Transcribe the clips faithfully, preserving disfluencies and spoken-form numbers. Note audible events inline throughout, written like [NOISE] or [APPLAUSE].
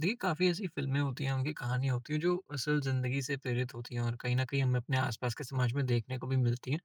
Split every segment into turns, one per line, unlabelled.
देखिए काफ़ी ऐसी फ़िल्में होती हैं, उनकी कहानियाँ होती हैं जो असल ज़िंदगी से प्रेरित होती हैं और कहीं न कहीं हमें अपने आसपास के समाज में देखने को भी मिलती हैं।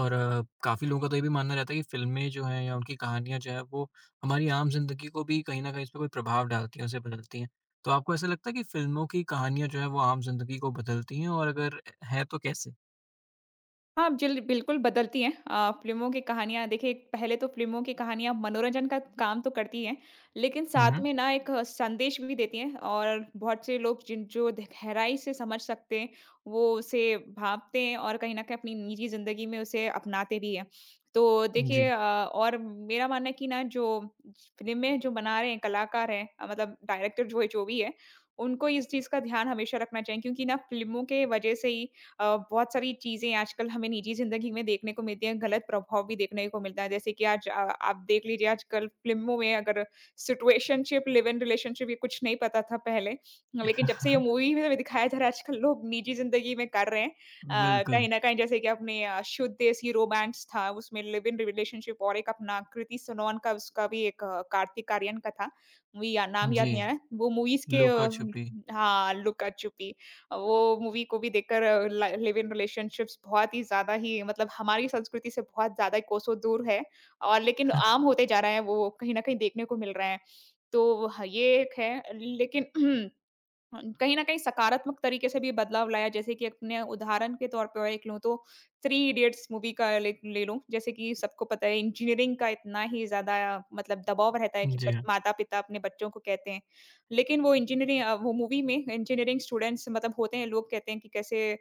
और अ, काफ़ी लोगों का तो ये भी मानना रहता है कि फ़िल्में जो हैं या उनकी कहानियाँ जो हैं वो हमारी आम ज़िंदगी को भी कहीं न कहीं इस पे कोई प्रभाव डालती हैं, उसे बदलती हैं। तो आपको ऐसा लगता है कि फ़िल्मों की कहानियाँ जो हैं वो आम ज़िंदगी को बदलती हैं और अगर हैं तो कैसे?
हाँ, जिल बिल्कुल बदलती हैं अ, फ़िल्मों की कहानियाँ देखिए। पहले तो फ़िल्मों की कहानियाँ मनोरंजन का काम तो करती हैं, लेकिन
हुँ,
साथ
हुँ।
में ना एक संदेश भी देती हैं और बहुत से लोग जिन जो ध गहराई से समझ सकते हैं, वो उसे भाँपते हैं और कहीं न कहीं अपनी निजी ज़िंदगी में उसे अपनाते भी हैं। तो देखिए
जी।
अ, और मेरा मानना है कि ना जो फ़िल्में जो बना रहे हैं, कलाकार हैं अ, मतलब डायरेक्टर जो है जो भी है, उनको इस चीज़ का ध्यान हमेशा रखना चाहिए क्योंकि ना फ़िल्मों के वज़ह से ही अ, बहुत सारी चीज़ें आजकल हमें निजी ज़िंदगी में देखने को मिलती हैं, गलत प्रभाव भी देखने को मिलता है। जैसे कि आज अ, आप देख लीजिए आजकल फ़िल्मों में अगर सिचुएशनशिप, लिव इन रिलेशनशिप, ये कुछ नहीं पता था पहले। लेकिन जब से ये मूवी
[LAUGHS]
में दिखाया जा रहा है आजकल लोग निजी ज़िंदगी में कर रहे हैं। अ, कहीं
बिल्कुल।
न कहीं जैसे कि अपने अ, शुद्ध देसी रोमांस था उसमें लिव इन रिलेशनशिप, और एक अपना कृति सोनोन का उसका भी एक अ, कार्तिक आर्यन का था। मूवी या नाम याद
जी,
नहीं आ रहा है। वो मूवीज़ के अ,
लुका-छुपी।
हाँ, लुका छुपी। अ, वो मूवी को भी देखकर अ, ल लिव इन रिलेशनशिप्स बहुत ही ज़्यादा ही मतलब हमारी संस्कृति से बहुत ज़्यादा कोसों दूर है, और लेकिन
[LAUGHS]
आम होते जा रहा है, वो कहीं न कहीं देखने को मिल रहा है। तो ह ये एक है, लेकिन [CLEARS THROAT] अ, कहीं न कहीं सकारात्मक तरीके से भी बदलाव लाया, जैसे कि अपने उदाहरण के तौर पे एक लूँ तो थ्री इडियट्स मूवी का ले ले लूँ। जैसे कि सबको पता है इंजीनियरिंग का इतना ही ज़्यादा मतलब दबाव रहता है कि
जी
बट
हाँ,
माता-पिता अपने बच्चों को कहते हैं। लेकिन वो इंजीनियरिंग अ, वो मूवी में इंजीनियरिंग स्टूडेंट्स मतलब होते हैं, लोग कहते हैं कि कैसे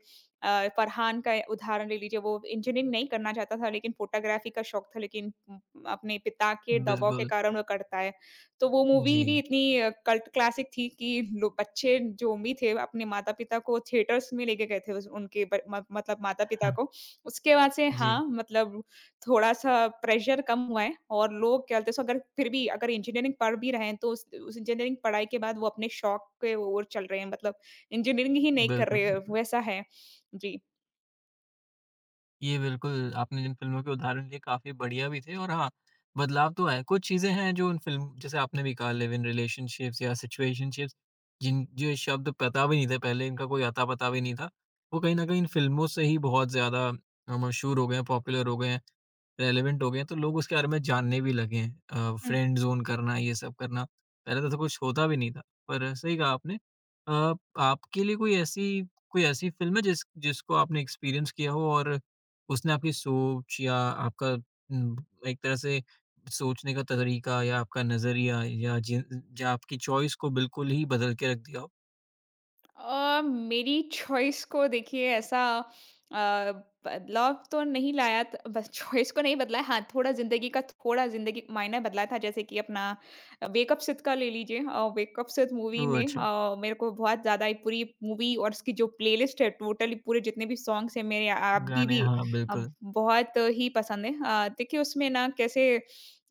अ, फरहान का उदाहरण ले लीजिए, वो इंजीनियरिंग नहीं करना चाहता था, लेकिन फ़ोटोग्राफी का शौक था, लेकिन उम, अपने पिता के दबाव के
बिल्कुल।
कारण वो करता है। तो वो मूवी
जी।
भी इतनी अ, कल्ट क्लासिक थी कि लो बच्चे जो भी थे अपने माता-पिता को थिएटर्स में लेके गए थे उस उनके ब म मतलब माता-पिता को।
[LAUGHS]
उसके बाद से
जी,
हाँ, मतलब थोड़ा-सा प्रेशर कम हुआ है और लोग क्या बोलते हैं सो अगर फिर भी अगर इंजीनियरिंग पढ़ भी रहे हैं तो उस उस इंजीनियरिंग पढ़ाई के बाद वो अपने शौक के ओर चल रहे हैं, मतलब इंजीनियरिंग ही नहीं कर
बिल्कुल,
रहे हैं,
बिल्कुल।
वैसा है। जी।
ये बिल्कुल, आपने जिन फ़िल्मों के उदाहरण लिए काफ़ी बढ़िया भी थे और हाँ, बदलाव तो आए। कुछ चीज़ें हैं जो उन फ़िल्म जैसे आपने भी कहा लिव इन रिलेशनशिप्स या सिचुएशनशिप्स जिन जो शब्द पता भी नहीं थे पहले, इनका कोई अता-पता भी नहीं था। वो कहीं न कहीं इन फ़िल्मों से ही बहुत ज़्यादा अ, मशहूर हो गए हैं, पॉपुलर हो गए हैं, रेलेवेंट हो गए हैं, तो लोग उसके बारे में जानने भी लगे हैं। अ, फ्रेंड ज़ोन करना, ये सब करना, पहले तो ऐसा कुछ होता भी नहीं था। पर सही कहा आपने। अ, आपके लिए कोई ऐसी कोई ऐसी फ़िल्म है जिस जिसको आपने एक्सपीरियंस किया हो और उसने आपकी सोच या आपका उम, एक तरह से सोचने का तरीका या आपका नज़रिया या जिन या आपकी चॉइस को बिल्कुल ही बदल के रख दिया हो?
अ, मेरी चॉइस को देखिए ऐसा अ, बदलाव तो नहीं लाया त बस चॉइस को नहीं बदला है। हाँ, थोड़ा ज़िंदगी का थोड़ा ज़िंदगी मायने बदला था। जैसे कि अपना वेक अप सिड का ले लीजिए। अ, वेक अप सिड मूवी
ओह!
में
अच्छा,
अ, मेरे को बहुत ज़्यादा ही पूरी मूवी और उसकी जो प्लेलिस्ट है टोटली पूरे जितने भी सॉन्ग्स हैं मेरे अभी
गाने
भी
हाँ,
अ,
बिल्कुल।
बहुत ही पसंद है। अ, देखिए उसमें ना कैसे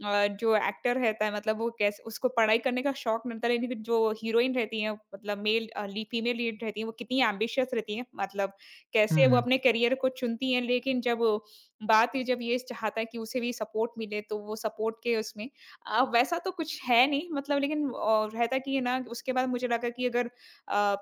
अ, जो एक्टर रहता है मतलब वो कैसे उसको पढ़ाई करने का शौक रहता है, लेकिन फिर जो हीरोइन रहती हैं मतलब मेल अ, ली फीमेल लीड रहती हैं, वो कितनी एम्बिशियस रहती हैं, मतलब
हुँ,
कैसे वो
हुँ।
अपने करियर को चुनती हैं, लेकिन जब वो- बात ये जब ये चाहता है कि उसे भी सपोर्ट मिले, तो वो सपोर्ट के उसमें अ, वैसा तो कुछ है नहीं मतलब, लेकिन अ, रहता कि है ना। उसके बाद मुझे लगा कि अगर अ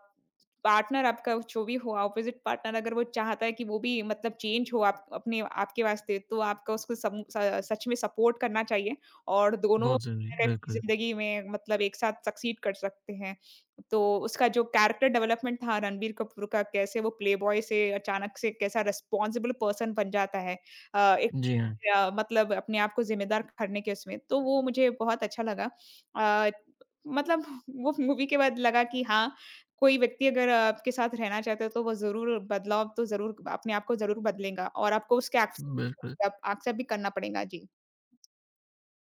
पार्टनर आपका जो भी हो, अपोज़िट पार्टनर, अगर वो चाहता है कि वो भी मतलब चेंज हो आप अपने आपके वास्ते, तो आपका उसको सम स सच में सपोर्ट करना चाहिए और दोनों
बहुत ज़रूरी है,
अपनी
बिल्कुल।
ज़िंदगी में मतलब एक साथ सक्सीड कर सकते हैं। तो उसका जो कैरेक्टर डेवलपमेंट था रणबीर कपूर का, कैसे वो प्लेबॉय से अचानक से कैसा रिस्पॉन्सिबल पर्सन बन जाता है। अ, एक
जी हाँ,
अ, मतलब अपने आप को ज़िम्मेदार करने के उसमें, तो वो मुझे बहुत अच्छा लगा। अ, मतलब वो मूवी के बाद लगा कि हाँ, कोई व्यक्ति अगर आपके साथ रहना चाहता है तो वो ज़रूर बदलाव तो ज़रूर अपने आप को ज़रूर बदलेगा और आपको उसके
बिल्कुल।
एक्सेप्ट भी करना पड़ेगा। जी।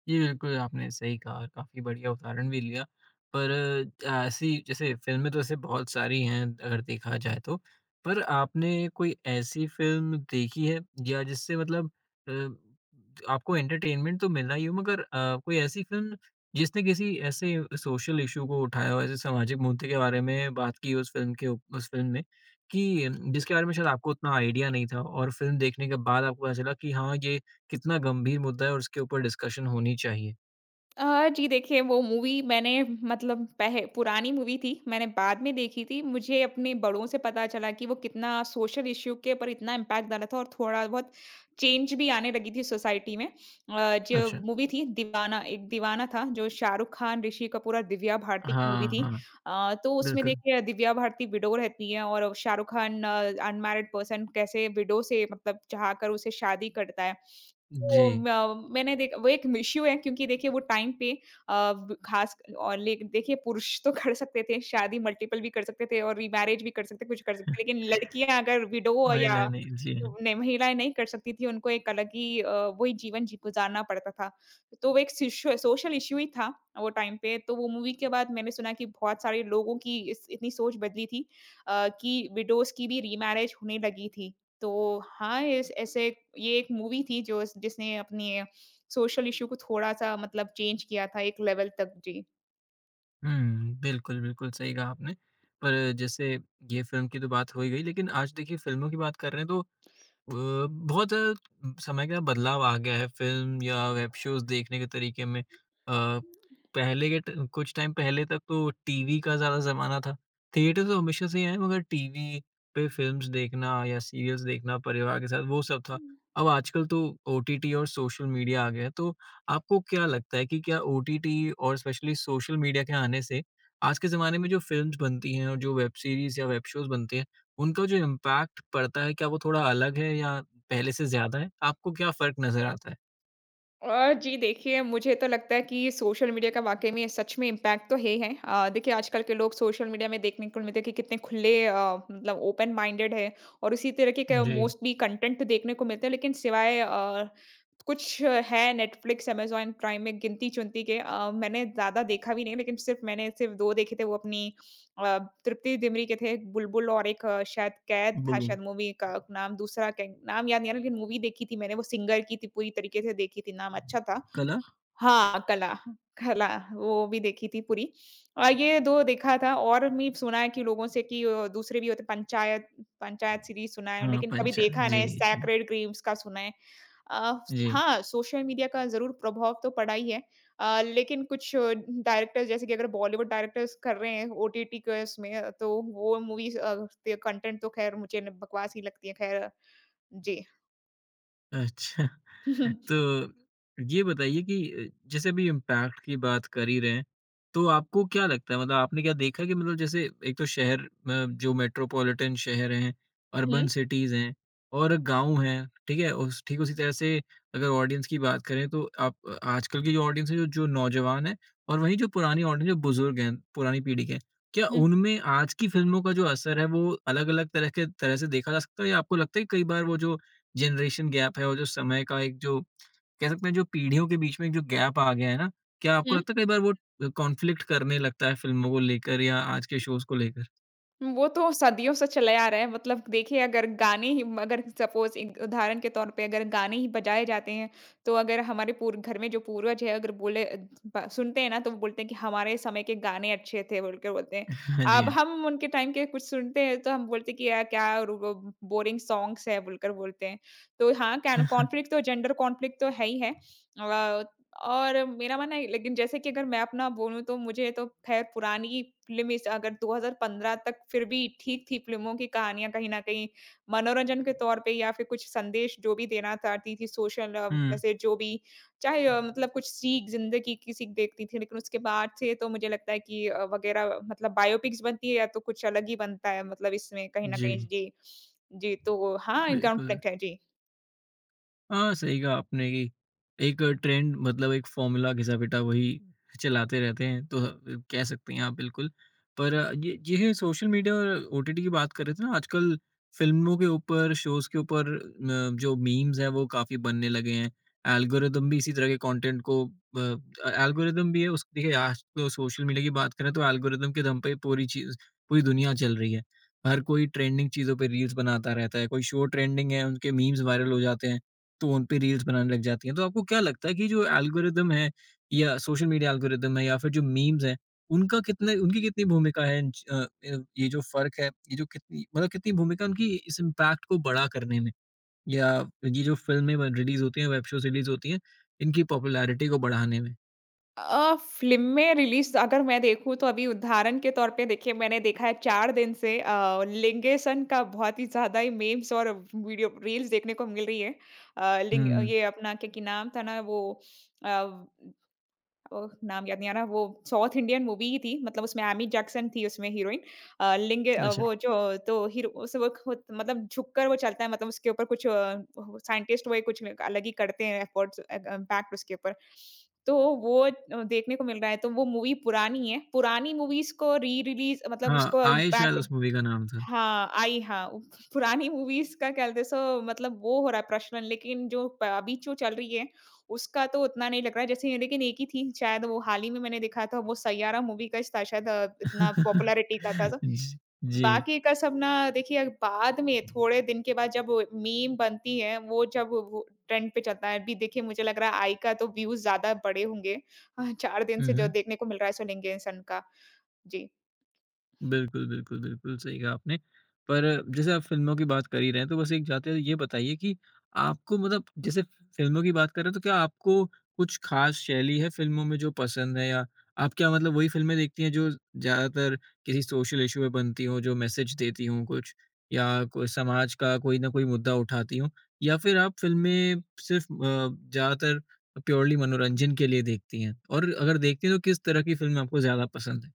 जी, बिल्कुल, आपने सही कहा और काफ़ी बढ़िया उदाहरण भी लिया। पर अ, ऐसी जैसे फ़िल्में तो वैसे बहुत सारी हैं अगर देखा जाए तो। पर आपने कोई ऐसी फ़िल्म देखी है या जिससे मतलब अ, आपको एंटरटेनमेंट तो मिला ही हो मगर अ, कोई ऐसी फ़िल्म जिसने किसी ऐसे सोशल इश्यू को उठाया हो, ऐसे सामाजिक मुद्दे के बारे में बात की हो उस फ़िल्म के उप- उस फ़िल्म में कि जिसके बारे में शायद आपको उतना आइडिया नहीं था और फ़िल्म देखने के बाद आपको पता चला कि हाँ, ये कितना गंभीर मुद्दा है और इसके ऊपर डिस्कशन होनी चाहिए।
अ, जी देखिए वो मूवी मैंने मतलब पह पुरानी मूवी थी, मैंने बाद में देखी थी। मुझे अपने बड़ों से पता चला कि वो कितना सोशल इश्यू के ऊपर इतना इम्पैक्ट डाला था और थोड़ा बहुत चेंज भी आने लगी थी सोसाइटी में। अ, जो
अच्छा।
मूवी थी दीवाना, एक दीवाना था, जो शाहरुख खान, ऋषि कपूर और दिव्या भारती की मूवी
हाँ,
थी।
हाँ,
अ, तो उसमें
बिल्कुल।
देखिए दिव्या भारती विडो रहती है और शाहरुख खान अनमैरिड पर्सन कैसे विडो से मतलब चाह कर उसे शादी करता है। तो
जी,
म मैंने देखा वो एक इश्यू है क्योंकि देखिए वो टाइम पे अ, ब खास और ले देखिए पुरुष तो कर सकते थे, शादी मल्टीपल भी कर सकते थे और रीमैरेज भी कर सकते, कुछ कर सकते, लेकिन
[LAUGHS]
लड़कियाँ अगर विडो
महिला
या
नहीं, जी हाँ।
नहीं महिलाएँ नहीं कर सकती थी, उनको एक अलग ही अ, वही जीवन जी गुज़ारना पड़ता था। तो वो एक सिशो सोशल इश्यू ही था वो टाइम पे। तो वो मूवी के बाद मैंने सुना कि बहुत सारे लोगों की इस इतनी सोच बदली थी अ, कि विडोज़ की भी रीमैरेज होने लगी थी। तो हाँ, इस ऐसे ये एक मूवी थी जो इस जिसने अपनी सोशल इश्यू को थोड़ा-सा मतलब चेंज किया था एक लेवल तक। जी।
हुँ, बिल्कुल, बिल्कुल सही कहा आपने। पर जैसे ये फ़िल्म की तो बात हो ही गई, लेकिन आज देखिए फ़िल्मों की बात कर रहे हैं तो अ, बहुत अ, समय का बदलाव आ गया है फ़िल्म या वेब शोज़ देखने के तरीके में। अ, पहले के ट कुछ टाइम पहले तक तो टीवी का ज़्यादा ज़माना था। थिएटर तो हमेशा से ही है मगर टीवी पे फ़िल्म्स देखना या सीरियल्स देखना परिवार के साथ वो सब था। अब आजकल तो ओटीटी और सोशल मीडिया आ गया है, तो आपको क्या लगता है कि क्या ओटीटी और स्पेशली सोशल मीडिया के आने से आज के ज़माने में जो फ़िल्म्स बनती हैं और जो वेब सीरीज़ या वेब शोज़ बनते हैं उनका जो इम्पैक्ट पड़ता है, क्या वो थोड़ा अलग है या पहले से ज़्यादा है? आपको क्या फ़र्क नज़र आता है?
और जी देखिए, मुझे तो लगता है कि सोशल मीडिया का वाक़ई में सच में इम्पैक्ट तो है ही है। अ, देखिए आजकल के लोग सोशल मीडिया में देखने को मिलते हैं कि कितने खुले अ, मतलब ओपन माइंडेड है, और उसी तरह के क
जी,
मोस्टली कंटेंट देखने को मिलते हैं, लेकिन सिवाय अ, कुछ है नेटफ्लिक्स, अमेज़न प्राइम में गिनती-चुनती के। अ, मैंने ज़्यादा देखा भी नहीं लेकिन सिर्फ़ मैंने सिर्फ़ दो देखे थे वो अपनी अ, तृप्ति डिमरी के थे, बुलबुल और एक अ, शायद कैद था
बिल्कुल।
शायद मूवी का नाम, दूसरा कै नाम याद नहीं आ रहा, लेकिन मूवी देखी थी मैंने, वो सिंगर की थी, पूरी तरीके से देखी थी, नाम अच्छा था।
कला?
हाँ, कला। कला वो भी देखी थी पूरी, और ये दो देखा था। और भी सुना है कि लोगों से कि अ, दूसरे भी होते पंचायत, पंचायत सीरीज़ सुना है,
हाँ,
लेकिन कभी
पंचा
देखा
जी,
नहीं,
जी,
सैक्रेड ग्रीव्स का सुना है। अ,
जी।
हाँ, सोशल मीडिया का ज़रूर प्रभाव तो पड़ा ही है। अ, लेकिन कुछ डायरेक्टर्स जैसे कि अगर बॉलीवुड डायरेक्टर्स कर रहे हैं ओटीटी के इसमें, तो वो मूवीज़ अ, उसके कंटेंट तो ख़ैर मुझे न बकवास ही लगती है ख़ैर। जी।
अच्छा।
[LAUGHS] हुँ,
तो ये बताइए कि अ, जैसे अभी इम्पैक्ट की बात कर ही रहे हैं, तो आपको क्या लगता है मतलब आपने क्या देखा कि मतलब जैसे एक तो शहर अ, जो मेट्रोपॉलिटन शहर हैं, अर्बन
हुँ,
सिटीज़ हैं और गाँव हैं, ठीक है? उस ठीक उसी तरह से अगर ऑडियंस की बात करें तो आप अ, आजकल की जो ऑडियंस है, जो जो नौजवान हैं और वहीं जो पुरानी ऑडियंस जो बुज़ुर्ग हैं, पुरानी पीढ़ी के हैं, क्या
हुँ,
उनमें आज की फ़िल्मों का जो असर है, वो अलग-अलग तरह के तरह से देखा जा सकता है या आपको लगता है कि कई बार वो जो जनरेशन गैप है और जो समय का एक जो कह सकते हैं जो पीढ़ियों के बीच में एक जो गैप आ गया है ना, क्या आपको
हुँ।
लगता है कई बार वो कॉन्फ्लिक्ट करने लगता है फिल्मों को लेकर या आज के शोज़ को लेकर?
वो तो सदियों से चले आ रहा है, मतलब देखिए अगर गाने ही अगर सपोज उदाहरण के तौर पे अगर गाने ही बजाए जाते हैं तो अगर हमारे पूर्व घर में जो पूर्वज है अगर बोले ब- सुनते हैं ना, तो वो बोलते हैं कि हमारे समय के गाने अच्छे थे बोल के बोलते हैं।
[LAUGHS] हाँ जी,
अब
हाँ।
हम उनके टाइम के कुछ सुनते हैं तो हम बोलते हैं कि यार क्या बोरिंग सॉन्ग्स है बोलकर बोलते हैं। तो हाँ कॉन्फ्लिक्ट तो जेंडर कॉन्फ्लिक्ट तो है ही है। और मेरा मानना है, लेकिन जैसे कि अगर मैं अपना बोलूँ तो मुझे तो ख़ैर पुरानी फ़िल्म इस अगर दो हज़ार पंद्रह तक फिर भी ठीक थी फ़िल्मों की कहानियाँ, कहीं न कहीं मनोरंजन के तौर पे या फिर कुछ संदेश जो भी देना चाहती थी, सोशल अ,
हुँ।
मैसेज जो भी, चाहे अ, मतलब कुछ सीख ज़िंदगी की सीख देखती थी। लेकिन उसके बाद से तो मुझे लगता है कि अ, वग़ैरह मतलब बायोपिक्स बनती है या तो कुछ अलग ही बनता है, मतलब इसमें कहीं न
जी,
कहीं। जी। जी, तो हाँ, ग्राउंड
बिल्कुल।
कनेक्ट है जी।
हाँ, सही कहा आपने कि एक ट्रेंड मतलब एक फ़ॉर्मूला घिसा-पिटा वही चलाते रहते हैं, तो अ, कह सकते हैं आप बिल्कुल। पर ये ये सोशल मीडिया और ओटीटी की बात कर रहे थे ना, आजकल फ़िल्मों के ऊपर, शोज़ के ऊपर म जो मीम्स हैं, वो काफ़ी बनने लगे हैं। एल्गोरिदम भी इसी तरह के कंटेंट को अ, एल्गोरिदम भी है उस देखिए आज तो सोशल मीडिया की बात करें तो एल्गोरिदम के दम पे ही पूरी चीज़ पूरी दुनिया चल रही है। हर कोई ट्रेंडिंग चीज़ों पे रील्स बनाता रहता है, कोई शो ट्रेंडिंग है, उनके मीम्स वायरल हो जाते हैं। तो उन पे रील्स बनाने लग जाती हैं। तो आपको क्या लगता है कि जो एल्गोरिदम है या सोशल मीडिया एल्गोरिदम है या फिर जो मीम्स हैं, उनका कितने उनकी कितनी भूमिका है इन च अ, य ये जो फ़र्क है, ये जो कितनी मतलब कितनी भूमिका उनकी इस इम्पैक्ट को बड़ा करने में? या ये जो फ़िल्में ब रिलीज़ होती हैं, वेब शोज़ रिलीज़ होती हैं, इनकी पॉपुलैरिटी को बढ़ाने में?
अ, फ़िल्में रिलीज़ अगर मैं देखूँ तो अभी उदाहरण के तौर पे देखिए मैंने देखा है चार दिन से अ, लिंगेसन का बहुत ही ज़्यादा ही मीम्स और वीडियो रील्स देखने को मिल रही है। अ, लिंग
हुँ,
ये अपना क्या कि नाम था ना वो अ ओह! नाम याद नहीं आ रहा, वो साउथ इंडियन मूवी ही थी, मतलब उसमें एमी जैक्सन थी उसमें हीरोइन। अ, लिंग अ,
अच्छा।
वो जो तो हीरो उस वो खुद मतलब झुक कर वो चलता है, मतलब उसके ऊपर कुछ अ, साइंटिस्ट वो कुछ अलग ही करते हैं एफर्ट्स अ, इम्पैक्ट उसके ऊपर। तो वो अ, देखने को मिल रहा है, तो वो मूवी पुरानी है, पुरानी मूवीज़ को री-रिलीज़ मतलब
हाँ,
उसको
आए शायद
इम्पैक्ट
उस मूवी का नाम था।
हाँ, आई हाँ, उ पुरानी मूवीज़ का क्या बोलते हैं सो, मतलब वो हो रहा है प्रचलन, लेकिन जो प अभी जो चल रही है, उसका तो उतना नहीं लग रहा है जैसे, लेकिन एक ही थी शायद वो हाल ही में मैंने देखा था वो सैयारा मूवी का था शायद अ, इतना
[LAUGHS]
पॉपुलैरिटी का था। तो
जी, जी।
बाकी का सब ना देखिए अब बाद में थोड़े दिन के बाद जब मीम बनती है, वो जब वो ट्रेंड पे चलता है, अभी देखिए मुझे लग रहा है आई का तो व्यूज़ ज़्यादा बढ़े होंगे। अ, चार दिन
हुँ,
से जो
हुँ।
देखने को मिल रहा है सो लिंगेन सन का। जी।
बिल्कुल, बिल्कुल, बिल्कुल, सही कहा आपने। पर जैसे आप फ़िल्मों की बात कर ही रहे हैं, तो बस एक जाते हुए ये बताइए कि आपको मतलब जैसे फ़िल्मों की बात कर रहे हैं, तो क्या आपको कुछ ख़ास शैली है फ़िल्मों में जो पसंद है या आप क्या मतलब वही फ़िल्में देखती हैं जो ज़्यादातर किसी सोशल इश्यू पे बनती हों, जो मैसेज देती हों कुछ या कोई समाज का कोई ना कोई मुद्दा उठाती हों? या फिर आप फ़िल्में सिर्फ़ अ, ज़्यादातर प्योरली मनोरंजन के लिए देखती हैं? और अगर देखती हैं, तो किस तरह की फ़िल्म आपको ज़्यादा पसंद है?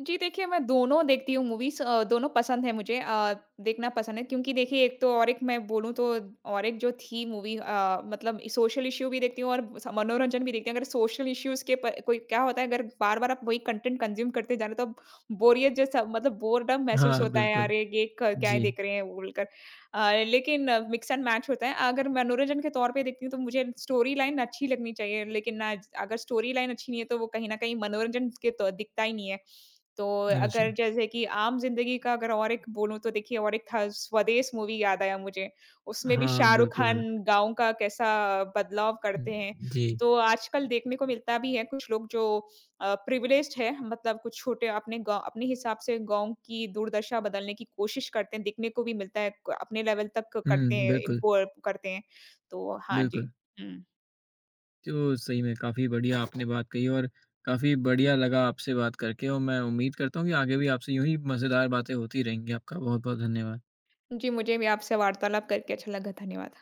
जी, देखिए मैं दोनों देखती हूँ मूवीज़ अ, दोनों पसंद है मुझे अ, देखना पसंद है क्योंकि देखिए एक तो और एक मैं बोलूँ तो और एक जो थी मूवी अ, मतलब सोशल इश्यू भी देखती हूँ और स मनोरंजन भी देखती हूँ। अगर सोशल इश्यूज़ के प कोई क्या होता है, अगर बार-बार आप वही कंटेंट कंज़्यूम करते जा रहे हो तो बोरियत जैसा मतलब बोरडम महसूस
हाँ,
होता है,
बिल्कुल।
अरे! ये ये क क्या ही
जी,
देख रहे हैं बोलकर। अ, लेकिन मिक्स एंड मैच होता है। अगर मनोरंजन के तौर पे देखती हूँ तो मुझे स्टोरी लाइन अच्छी लगनी चाहिए, लेकिन ना अगर स्टोरी लाइन अच्छी नहीं है तो वो कहीं न कहीं मनोरंजन के तो दिखता ही नहीं है। तो
अच्छा।
अगर जैसे कि आम ज़िंदगी का अगर और एक बोलूँ तो देखिए और एक था, स्वदेश मूवी याद आया मुझे। उसमें भी
हाँ,
शाहरुख खान
बिल्कुल।
गाँव का कैसा बदलाव करते हैं।
जी।
तो आजकल देखने को मिलता भी है, कुछ लोग जो अ, प्रिविलेज्ड है मतलब कुछ छोटे अपने गाँव अपने हिसाब से गाँव की दुर्दशा बदलने की कोशिश करते हैं, देखने को भी मिलता है क अपने लेवल तक करते
हुँ,
हैं,
बिल्कुल,
इम्पोर्ट करते हैं। तो हाँ जी।
बिल्कुल।
हुँ।
तो सही में काफ़ी बढ़िया आपने बात कही और काफ़ी बढ़िया लगा आपसे बात करके और मैं उम्मीद करता हूँ कि आगे भी आपसे यूँ ही मज़ेदार बातें होती रहेंगी। आपका बहुत-बहुत धन्यवाद।
जी, मुझे भी आपसे वार्तालाप करके अच्छा लगा। धन्यवाद।